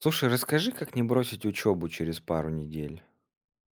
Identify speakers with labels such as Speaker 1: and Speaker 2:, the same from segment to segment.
Speaker 1: Слушай, расскажи, как не бросить учебу через пару недель.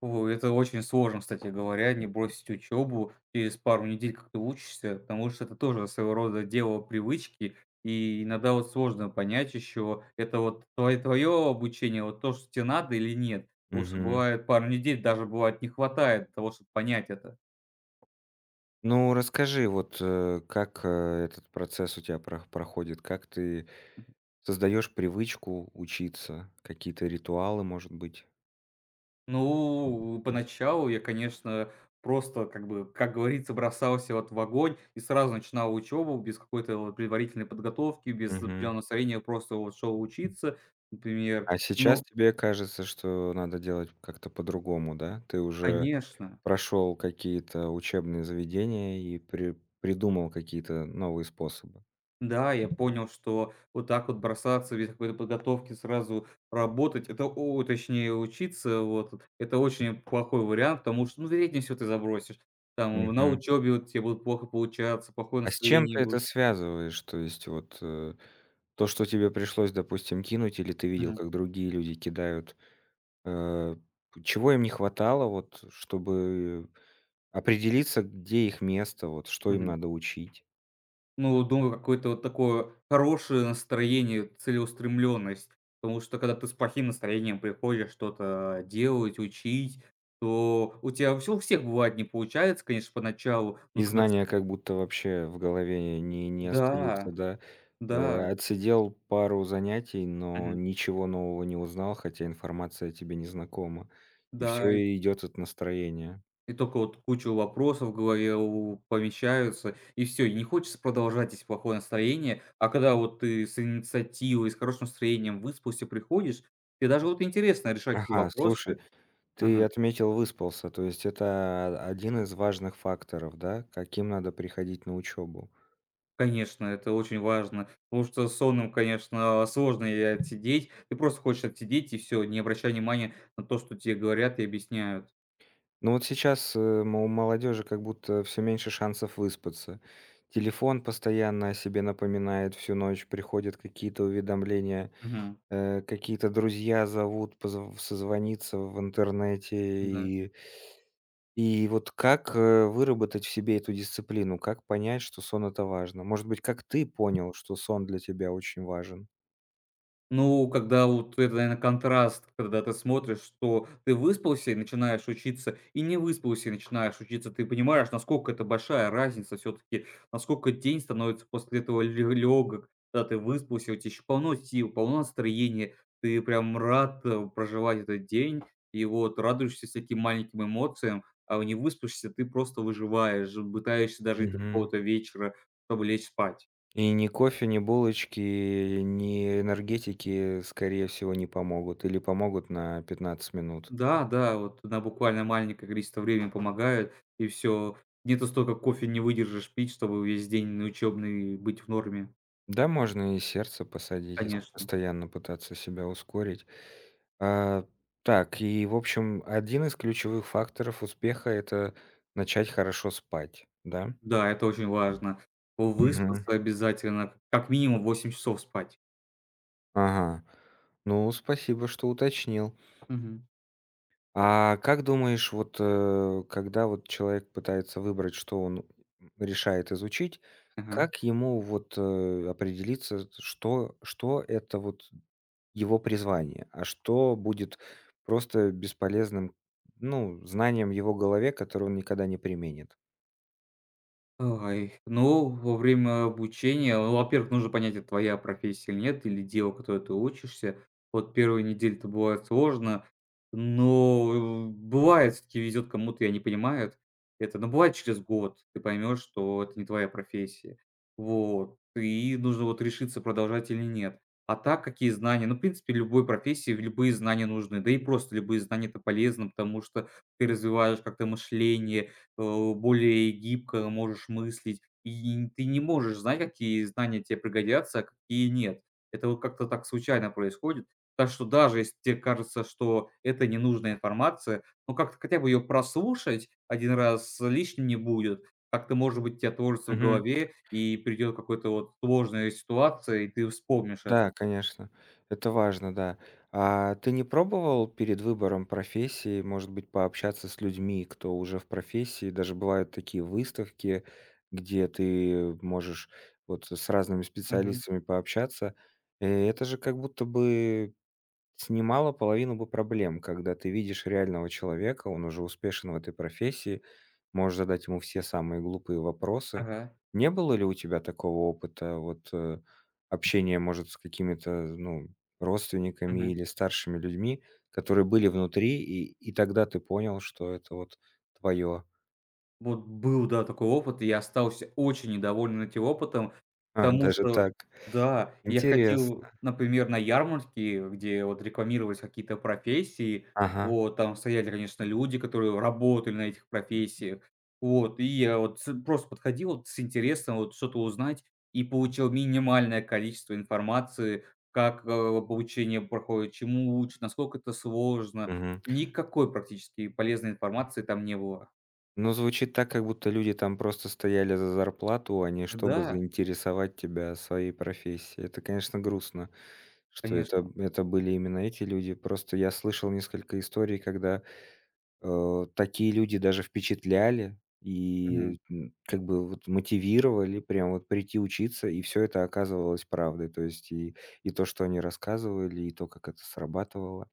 Speaker 2: Ой, это очень сложно, кстати говоря, не бросить учебу через пару недель, как ты учишься, потому что это тоже своего рода дело привычки. И иногда вот сложно понять еще, это вот твое обучение, вот то, что тебе надо или нет. Потому что
Speaker 1: Мгм.
Speaker 2: бывает пару недель, даже бывает не хватает того, чтобы понять это.
Speaker 1: Ну, расскажи, вот, как, этот процесс у тебя проходит, как ты создаешь привычку учиться, какие-то ритуалы, может быть?
Speaker 2: Ну, поначалу я, конечно, просто, как бы, как говорится, бросался вот в огонь и сразу начинал учебу без какой-то вот предварительной подготовки, без
Speaker 1: Мгм.
Speaker 2: определенного настроения, просто вот шел учиться, например.
Speaker 1: А сейчас
Speaker 2: Ну,
Speaker 1: тебе кажется, что надо делать как-то по-другому, да? Ты уже
Speaker 2: конечно,
Speaker 1: прошел какие-то учебные заведения и придумал какие-то новые способы.
Speaker 2: да, я понял, что вот так вот бросаться без какой-то подготовки сразу работать, это, точнее, учиться, вот, это очень плохой вариант, потому что, ну, вероятнее всего, ты забросишь. Там на учебе вот тебе будут плохо получаться, плохое
Speaker 1: А с чем ты
Speaker 2: настроение будет.
Speaker 1: это связываешь? То есть вот, то, что тебе пришлось, допустим, кинуть, или ты видел,
Speaker 2: Мгм.
Speaker 1: как другие люди кидают, э, чего им не хватало, вот, чтобы определиться, где их место, вот, что им
Speaker 2: Мгм.
Speaker 1: надо учить?
Speaker 2: Ну, думаю, какое-то вот такое хорошее настроение, целеустремленность. Потому что когда ты с плохим настроением приходишь что-то делать, учить, то у тебя всё у всех бывает не получается, конечно, поначалу.
Speaker 1: И
Speaker 2: Но когда ц
Speaker 1: знания как будто вообще в голове не
Speaker 2: Да,
Speaker 1: остаются, да?
Speaker 2: да,
Speaker 1: Отсидел пару занятий, но
Speaker 2: мгм,
Speaker 1: ничего нового не узнал, хотя информация тебе незнакома. И
Speaker 2: да, и
Speaker 1: все идет от настроения.
Speaker 2: и только вот куча вопросов в голове у помещаются, и все и не хочется продолжать, если плохое настроение. А когда вот ты с инициативой, с хорошим настроением, выспался, приходишь, тебе даже вот интересно решать эти
Speaker 1: Ага,
Speaker 2: вопросы.
Speaker 1: слушай. Ты
Speaker 2: Ага.
Speaker 1: отметил, выспался. То есть это один из важных факторов, да, каким надо приходить на учебу.
Speaker 2: Конечно, это очень важно, потому что сонным, конечно, сложно и отсидеть. Ты просто хочешь отсидеть и все, не обращая внимания на то, что тебе говорят и объясняют.
Speaker 1: Ну вот сейчас, э, мо у молодежи как будто все меньше шансов выспаться. Телефон постоянно о себе напоминает всю ночь, приходят какие-то уведомления,
Speaker 2: Мгм.
Speaker 1: какие-то друзья зовут позв созвониться в интернете.
Speaker 2: Да.
Speaker 1: И вот как, выработать в себе эту дисциплину? Как понять, что сон- это важно? Может быть, как ты понял, что сон для тебя очень важен?
Speaker 2: Ну, когда вот это, наверно, контраст, когда ты смотришь, что ты выспался и начинаешь учиться, и не выспался и начинаешь учиться. Ты понимаешь, насколько это большая разница все таки, насколько день становится после этого лё когда ты выспался, у тебя еще полно сил, полно настроения. Ты прям рад, проживать этот день и вот радуешься всяким маленьким эмоциям, а не выспишься, ты просто выживаешь, пытаешься дожить до
Speaker 1: Мгм.
Speaker 2: какого-то вечера, чтобы лечь спать.
Speaker 1: И ни кофе, ни булочки, ни энергетики, скорее всего, не помогут или помогут на 15 минут.
Speaker 2: Да, да, вот на буквально маленькое количество времени помогает, и все. Нету столько кофе не выдержишь пить, чтобы весь день на учебный быть в норме.
Speaker 1: Да, можно и сердце посадить, если
Speaker 2: Конечно.
Speaker 1: постоянно пытаться себя ускорить. А, так, и, в общем, один из ключевых факторов успеха- это начать хорошо спать, да?
Speaker 2: Да, это очень важно.
Speaker 1: Мгм.
Speaker 2: Выспаться обязательно, как минимум 8 часов спать.
Speaker 1: Ага. Ну, спасибо, что уточнил.
Speaker 2: Мгм.
Speaker 1: А как думаешь, вот, когда вот человек пытается выбрать, что он решает изучить,
Speaker 2: Ага.
Speaker 1: как ему вот, определиться, что это вот его призвание, а что будет просто бесполезным, ну, знанием в его голове, которое он никогда не применит?
Speaker 2: Ой, ну, во время обучения, ну, во-первых, нужно понять, это твоя профессия или нет, или дело, которое ты учишься. Вот первые недели-то бывает сложно, но бывает, все-таки везет кому-то, я не понимаю это. Но бывает через год ты поймешь, что это не твоя профессия. Вот. И нужно вот решиться, продолжать или нет. А так, какие знания? Ну, в принципе, любой профессии любые знания нужны. Да и просто любые знания это полезно, потому что ты развиваешь как-то мышление, более гибко можешь мыслить, и ты не можешь знать, какие знания тебе пригодятся, а какие нет. Это вот как-то так случайно происходит. Так что даже если тебе кажется, что это ненужная информация, ну, как-то хотя бы ее прослушать один раз лишним не будет. Как-то, может быть, у тебя творится в голове и придет какой-то вот сложная ситуация, и ты вспомнишь это.
Speaker 1: Да, конечно, это важно, да. А ты не пробовал перед выбором профессии, может быть, пообщаться с людьми, кто уже в профессии? Даже бывают такие выставки, где ты можешь вот с разными
Speaker 2: Мгм.
Speaker 1: специалистами пообщаться. И это же как будто бы снимала половину бы проблем, когда ты видишь реального человека, он уже успешен в этой профессии, можешь задать ему все самые глупые вопросы.
Speaker 2: Ага.
Speaker 1: Не было ли у тебя такого опыта, вот, общения, может, с какими-то, ну, родственниками
Speaker 2: Мгм.
Speaker 1: или старшими людьми, которые были внутри, и тогда ты понял, что это вот твое,
Speaker 2: Вот был, да, такой опыт, и я остался очень недоволен этим опытом, потому
Speaker 1: даже
Speaker 2: что
Speaker 1: так.
Speaker 2: да, я ходил,
Speaker 1: Интересно.
Speaker 2: например, на ярмарки, где вот рекламировались какие-то профессии.
Speaker 1: Ага.
Speaker 2: Вот, там стояли, конечно, люди, которые работали на этих профессиях. Вот, и я вот с просто подходил вот с интересом вот что-то узнать и получил минимальное количество информации, как, обучение проходит, чему учат, насколько это сложно. Никакой практически полезной информации там не было.
Speaker 1: Ну, звучит так, как будто люди там просто стояли за зарплату, а не чтобы
Speaker 2: Да.
Speaker 1: заинтересовать тебя своей профессией. Это, конечно, грустно, что это,
Speaker 2: Конечно.
Speaker 1: это были именно эти люди. Просто я слышал несколько историй, когда такие люди даже впечатляли
Speaker 2: Мгм.
Speaker 1: и как бы вот мотивировали прям вот прийти учиться, и все это оказывалось правдой. То есть и то, что они рассказывали, и то, как это срабатывало.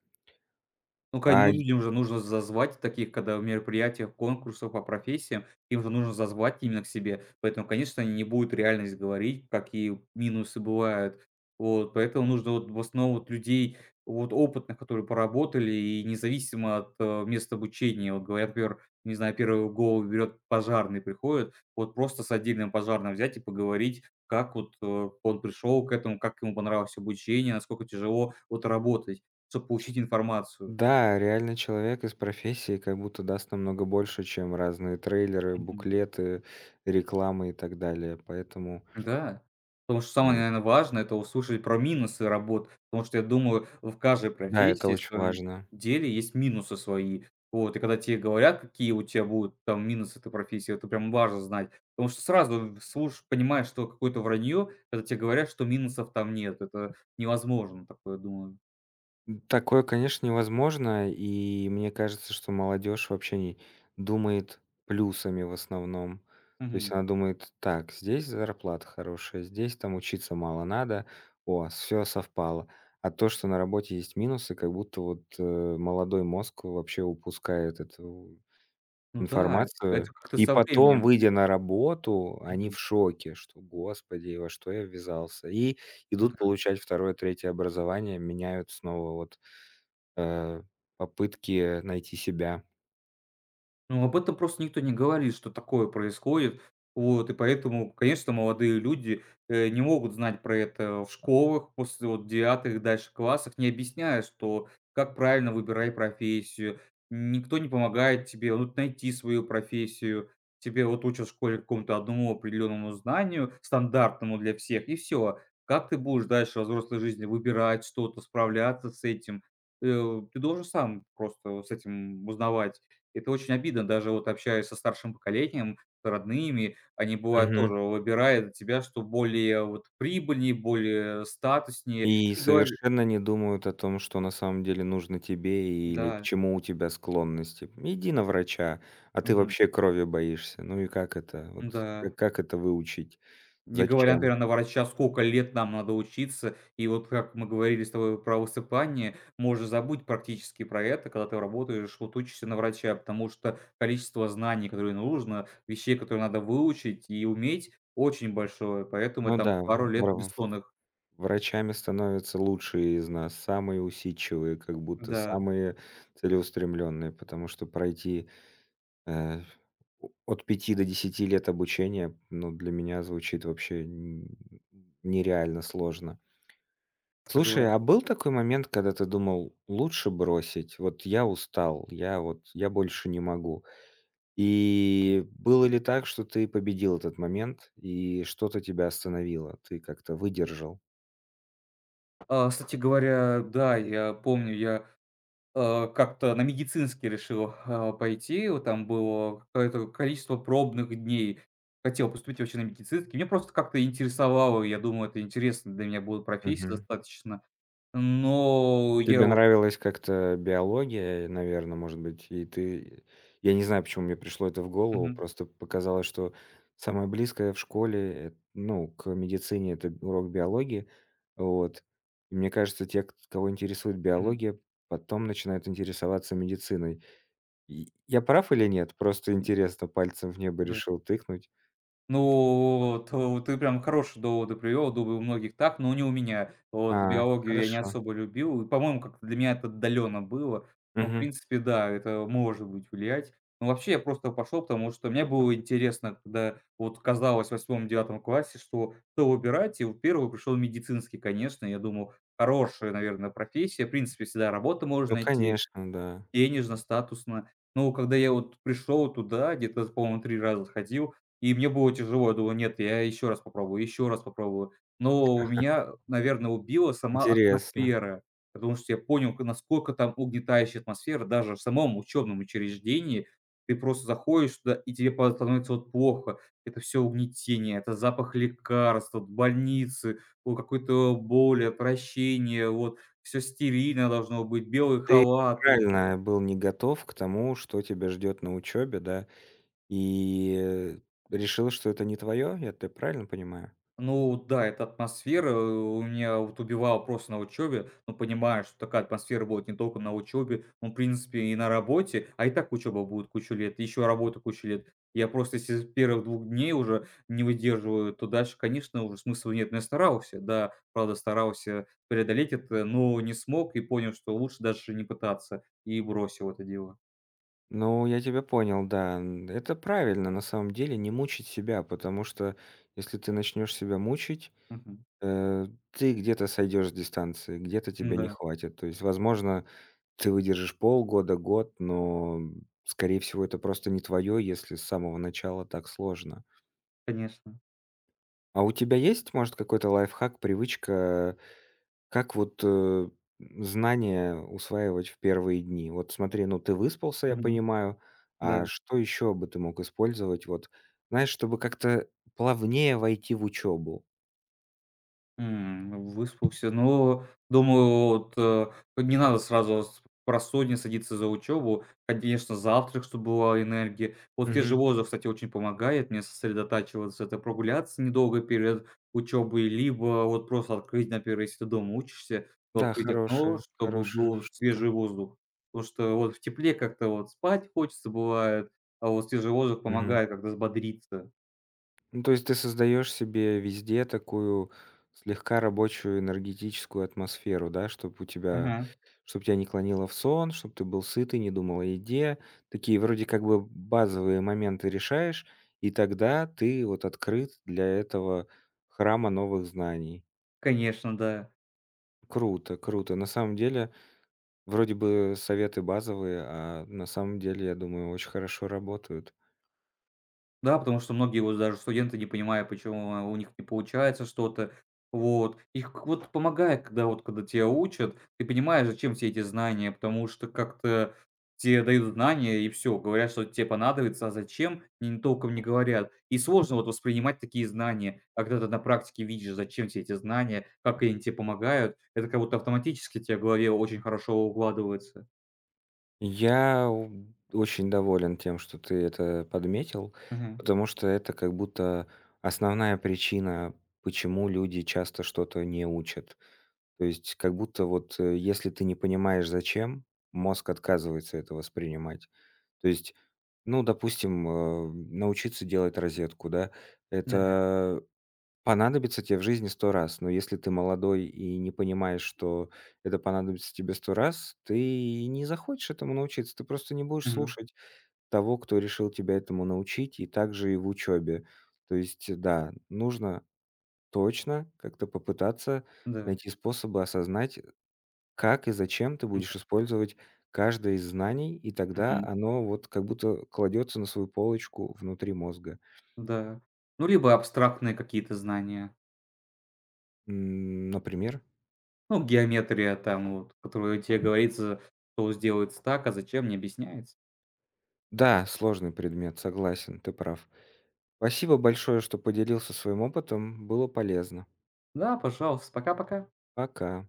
Speaker 2: Ну, кань
Speaker 1: А
Speaker 2: ну, людям же нужно зазвать таких, когда в мероприятиях, конкурсах по профессиям, им же нужно зазвать именно к себе. Поэтому, конечно, они не будут реальность говорить, какие минусы бывают. Вот, поэтому нужно вот в основном вот людей, вот опытных, которые поработали, и независимо от, места обучения. Вот говорят, например, не знаю, 1 в голову берет пожарный, приходит, вот просто с отдельным пожарным взять и поговорить, как вот, он пришел к этому, как ему понравилось обучение, насколько тяжело вот работать, чтобы получить информацию.
Speaker 1: Да, реально человек из профессии как будто даст намного больше, чем разные трейлеры,
Speaker 2: Мгм.
Speaker 1: буклеты, рекламы и так далее. Поэтому
Speaker 2: Да. Потому что самое,
Speaker 1: М.
Speaker 2: наверное, важное — это услышать про минусы работ, потому что, я думаю, в каждой
Speaker 1: да, это
Speaker 2: профессии, в
Speaker 1: очень
Speaker 2: своем
Speaker 1: важно.
Speaker 2: деле есть минусы свои. Вот, и когда тебе говорят, какие у тебя будут там минусы этой профессии, это прям важно знать. Потому что сразу слушаешь, понимаешь, что какое-то вранье, когда тебе говорят, что минусов там нет. Это невозможно такое, думаю.
Speaker 1: Такое, конечно, невозможно, и мне кажется, что молодежь вообще не думает плюсами в основном. То есть
Speaker 2: Мгм.
Speaker 1: она думает: "Так, здесь зарплата хорошая, здесь там учиться мало надо, о, все совпало". А то, что на работе есть минусы, как будто вот, молодой мозг вообще упускает это.
Speaker 2: Ну да,
Speaker 1: Информацию.
Speaker 2: это как-то
Speaker 1: И
Speaker 2: со
Speaker 1: потом,
Speaker 2: временем.
Speaker 1: выйдя на работу, они
Speaker 2: Мгм.
Speaker 1: в шоке, что: "Господи, во что я ввязался". И идут
Speaker 2: Ага.
Speaker 1: получать второе третье образование, меняют снова вот, э, попытки найти себя.
Speaker 2: Ну, об этом просто никто не говорит, что такое происходит. Вот, и поэтому, конечно, молодые люди, не могут знать про это в школах после вот 9 и дальше классах, не объясняя, что как правильно выбирай профессию. Никто не помогает тебе вот найти свою профессию. Тебе вот учат в школе какому-то одному определенному знанию, стандартному для всех, и все, как ты будешь дальше во взрослой жизни выбирать что-то, справляться с этим? Ты должен сам просто с этим узнавать. Это очень обидно. Даже вот общаясь со старшим поколением, с родными, они, бывают тоже
Speaker 1: Мгм.
Speaker 2: выбирают тебя, что более вот прибыльнее, более статуснее.
Speaker 1: И
Speaker 2: И говорю
Speaker 1: совершенно не думают о том, что на самом деле нужно тебе или к
Speaker 2: да,
Speaker 1: чему у тебя склонности. Иди на врача, а ты
Speaker 2: мгм,
Speaker 1: вообще крови боишься. Ну и как это вот,
Speaker 2: да.
Speaker 1: как это выучить?
Speaker 2: Не говоря,
Speaker 1: Зачем?
Speaker 2: например, на врача, сколько лет нам надо учиться. И вот как мы говорили с тобой про высыпание, можно забыть практически про это, когда ты работаешь, вот учишься на врача, потому что количество знаний, которые нужно, вещей, которые надо выучить и уметь, очень большое. Поэтому и
Speaker 1: Ну
Speaker 2: там
Speaker 1: да.
Speaker 2: пару лет бессонных.
Speaker 1: Врачами становятся лучшие из нас, самые усидчивые, как будто
Speaker 2: Да.
Speaker 1: самые целеустремленные, потому что пройти, э, у от 5 до 10 лет обучения, ну, для меня звучит вообще н нереально сложно. Слушай,
Speaker 2: Согласен.
Speaker 1: а был такой момент, когда ты думал: "Лучше бросить. Вот я устал, я больше не могу". И было ли так, что ты победил этот момент и что-то тебя остановило? Ты как-то выдержал?
Speaker 2: А, кстати говоря, да, я помню, как-то на медицинский решил, пойти. Вот там было какое-то количество пробных дней. Хотел поступить вообще на медицинский. Мне просто как-то интересовало. Я думал, это интересно для меня будет профессия достаточно. Но я
Speaker 1: Тебе
Speaker 2: вот
Speaker 1: нравилась как-то биология, наверное, может быть, и ты я не знаю, почему мне пришло это в голову,
Speaker 2: Мгм,
Speaker 1: просто показалось, что самое близкое в школе, ну, к медицине- это урок биологии. Вот. И мне кажется, те, кт кого интересует
Speaker 2: мгм.
Speaker 1: биология, потом начинают интересоваться медициной. И я прав или нет? Просто интересно, пальцем в небо
Speaker 2: Да.
Speaker 1: решил тыкнуть.
Speaker 2: Ну, то ты прям хорошие доводы привёл. Думаю, у многих так, но не у меня. Вот
Speaker 1: А,
Speaker 2: биологию я не
Speaker 1: хорошо.
Speaker 2: особо любил. И, по-моему, как-то для меня это отдалённо было. Но, в
Speaker 1: Мгм.
Speaker 2: принципе, да, это может быть влиять. Но вообще я просто пошёл, потому что мне было интересно, когда вот казалось в 8 девятом классе, что выбирать. И вот 1 пришёл медицинский, конечно. Я думал, хорошая, наверное, профессия. В принципе, всегда работу можно
Speaker 1: Ну,
Speaker 2: найти
Speaker 1: конечно, да.
Speaker 2: денежно-статусно. Ну, когда я вот пришел туда, где-то, по-моему, 3 раза сходил, и мне было тяжело. Я думаю: «Нет, я еще раз попробую, еще раз попробую». Но меня, наверное, убила сама
Speaker 1: Интересно.
Speaker 2: атмосфера, потому что я понял, к насколько там угнетающая атмосфера. Даже в самом учебном учреждении ты просто заходишь туда, и тебе по становится вот плохо. Это все угнетение, это запах лекарств, вот больницы, какой-то боль, отвращение, вот. Все стерильно должно быть, белые
Speaker 1: Ты
Speaker 2: халаты.
Speaker 1: морально был не готов к тому, что тебя ждет на учебе, да, и решил, что это не твое, я тебя правильно понимаю?
Speaker 2: Ну да, эта атмосфера, у меня вот убивала просто на учебе. Но понимаешь, что такая атмосфера будет не только на учебе, но, в принципе, и на работе. А и так учеба будет кучу лет, еще работа кучу лет. Я просто если с первых двух дней уже не выдерживаю, то дальше, конечно, уже смысла нет. Но я старался, да, правда, старался преодолеть это, но не смог и понял, что лучше даже не пытаться, и бросил это дело.
Speaker 1: Ну, я тебя понял, да. Это правильно, на самом деле, не мучить себя, потому что если ты начнешь себя мучить, э, ты где-то сойдешь с дистанции, где-то тебя не
Speaker 2: Да,
Speaker 1: хватит. То есть, возможно, ты выдержишь полгода, год, но, скорее всего, это просто не твое, если с самого начала так сложно.
Speaker 2: конечно.
Speaker 1: А у тебя есть, может, какой-то лайфхак, привычка, как вот, знания усваивать в первые дни? Вот смотри, ну, ты выспался, я
Speaker 2: Мгм.
Speaker 1: понимаю,
Speaker 2: Да.
Speaker 1: а что еще бы ты мог использовать, вот, знаешь, чтобы как-то плавнее войти в учебу?
Speaker 2: Ну, выспался. Ну, думаю, вот, не надо сразу с просонья садиться за учебу. Конечно, завтрак, чтобы была энергия. Вот свежий
Speaker 1: Мгм.
Speaker 2: воздух, кстати, очень помогает мне сосредотачиваться. Это прогуляться недолго перед учебой, либо вот просто открыть, например, если ты дома учишься, то
Speaker 1: Да,
Speaker 2: открыть окно,
Speaker 1: хорошая
Speaker 2: чтобы
Speaker 1: хорошая
Speaker 2: был
Speaker 1: штука.
Speaker 2: свежий воздух. Потому что вот в тепле как-то вот спать хочется бывает, а вот свежий воздух помогает как-то взбодриться.
Speaker 1: Ну, то есть ты создаешь себе везде такую слегка рабочую энергетическую атмосферу, да, чтобы у тебя,
Speaker 2: Ага,
Speaker 1: чтобы тебя не клонило в сон, чтобы ты был сыт и не думал о еде. Такие вроде как бы базовые моменты решаешь, и тогда ты вот открыт для этого храма новых знаний.
Speaker 2: конечно, да.
Speaker 1: Круто, круто. На самом деле, вроде бы советы базовые, а на самом деле, я думаю, очень хорошо работают.
Speaker 2: Да, потому что многие вот даже студенты, не понимая, почему, у них не получается что-то. Вот. Их к вот помогает, когда тебя учат, ты понимаешь, зачем все эти знания, потому что как-то тебе дают знания и все, говорят, что тебе понадобится, а зачем, не толком не говорят. И сложно вот воспринимать такие знания, а когда ты на практике видишь, зачем все эти знания, как они тебе помогают, это как будто автоматически тебе в голове очень хорошо укладывается.
Speaker 1: Я у очень доволен тем, что ты это подметил,
Speaker 2: Мгм.
Speaker 1: потому что это как будто основная причина, почему люди часто что-то не учат. То есть как будто вот, если ты не понимаешь зачем, мозг отказывается это воспринимать. То есть, ну, допустим, научиться делать розетку, да,
Speaker 2: Да.
Speaker 1: это понадобится тебе в жизни 100 раз, но если ты молодой и не понимаешь, что это понадобится тебе 100 раз, ты и не захочешь этому научиться. Ты просто не будешь
Speaker 2: Мгм.
Speaker 1: слушать того, кто решил тебя этому научить, и также и в учебе. То есть, да, нужно точно как-то попытаться
Speaker 2: Да.
Speaker 1: найти способы осознать, как и зачем ты
Speaker 2: Ну
Speaker 1: будешь
Speaker 2: да.
Speaker 1: использовать каждое из знаний, и тогда оно вот как будто кладется на свою полочку внутри мозга.
Speaker 2: Да. Ну, либо абстрактные какие-то знания.
Speaker 1: Например.
Speaker 2: Ну, геометрия там вот, которую тебе говорится, что сделается так, а зачем, не объясняется.
Speaker 1: Да, сложный предмет, согласен, ты прав. Спасибо большое, что поделился своим опытом, было полезно.
Speaker 2: Да, пожалуйста, пока-пока.
Speaker 1: Пока.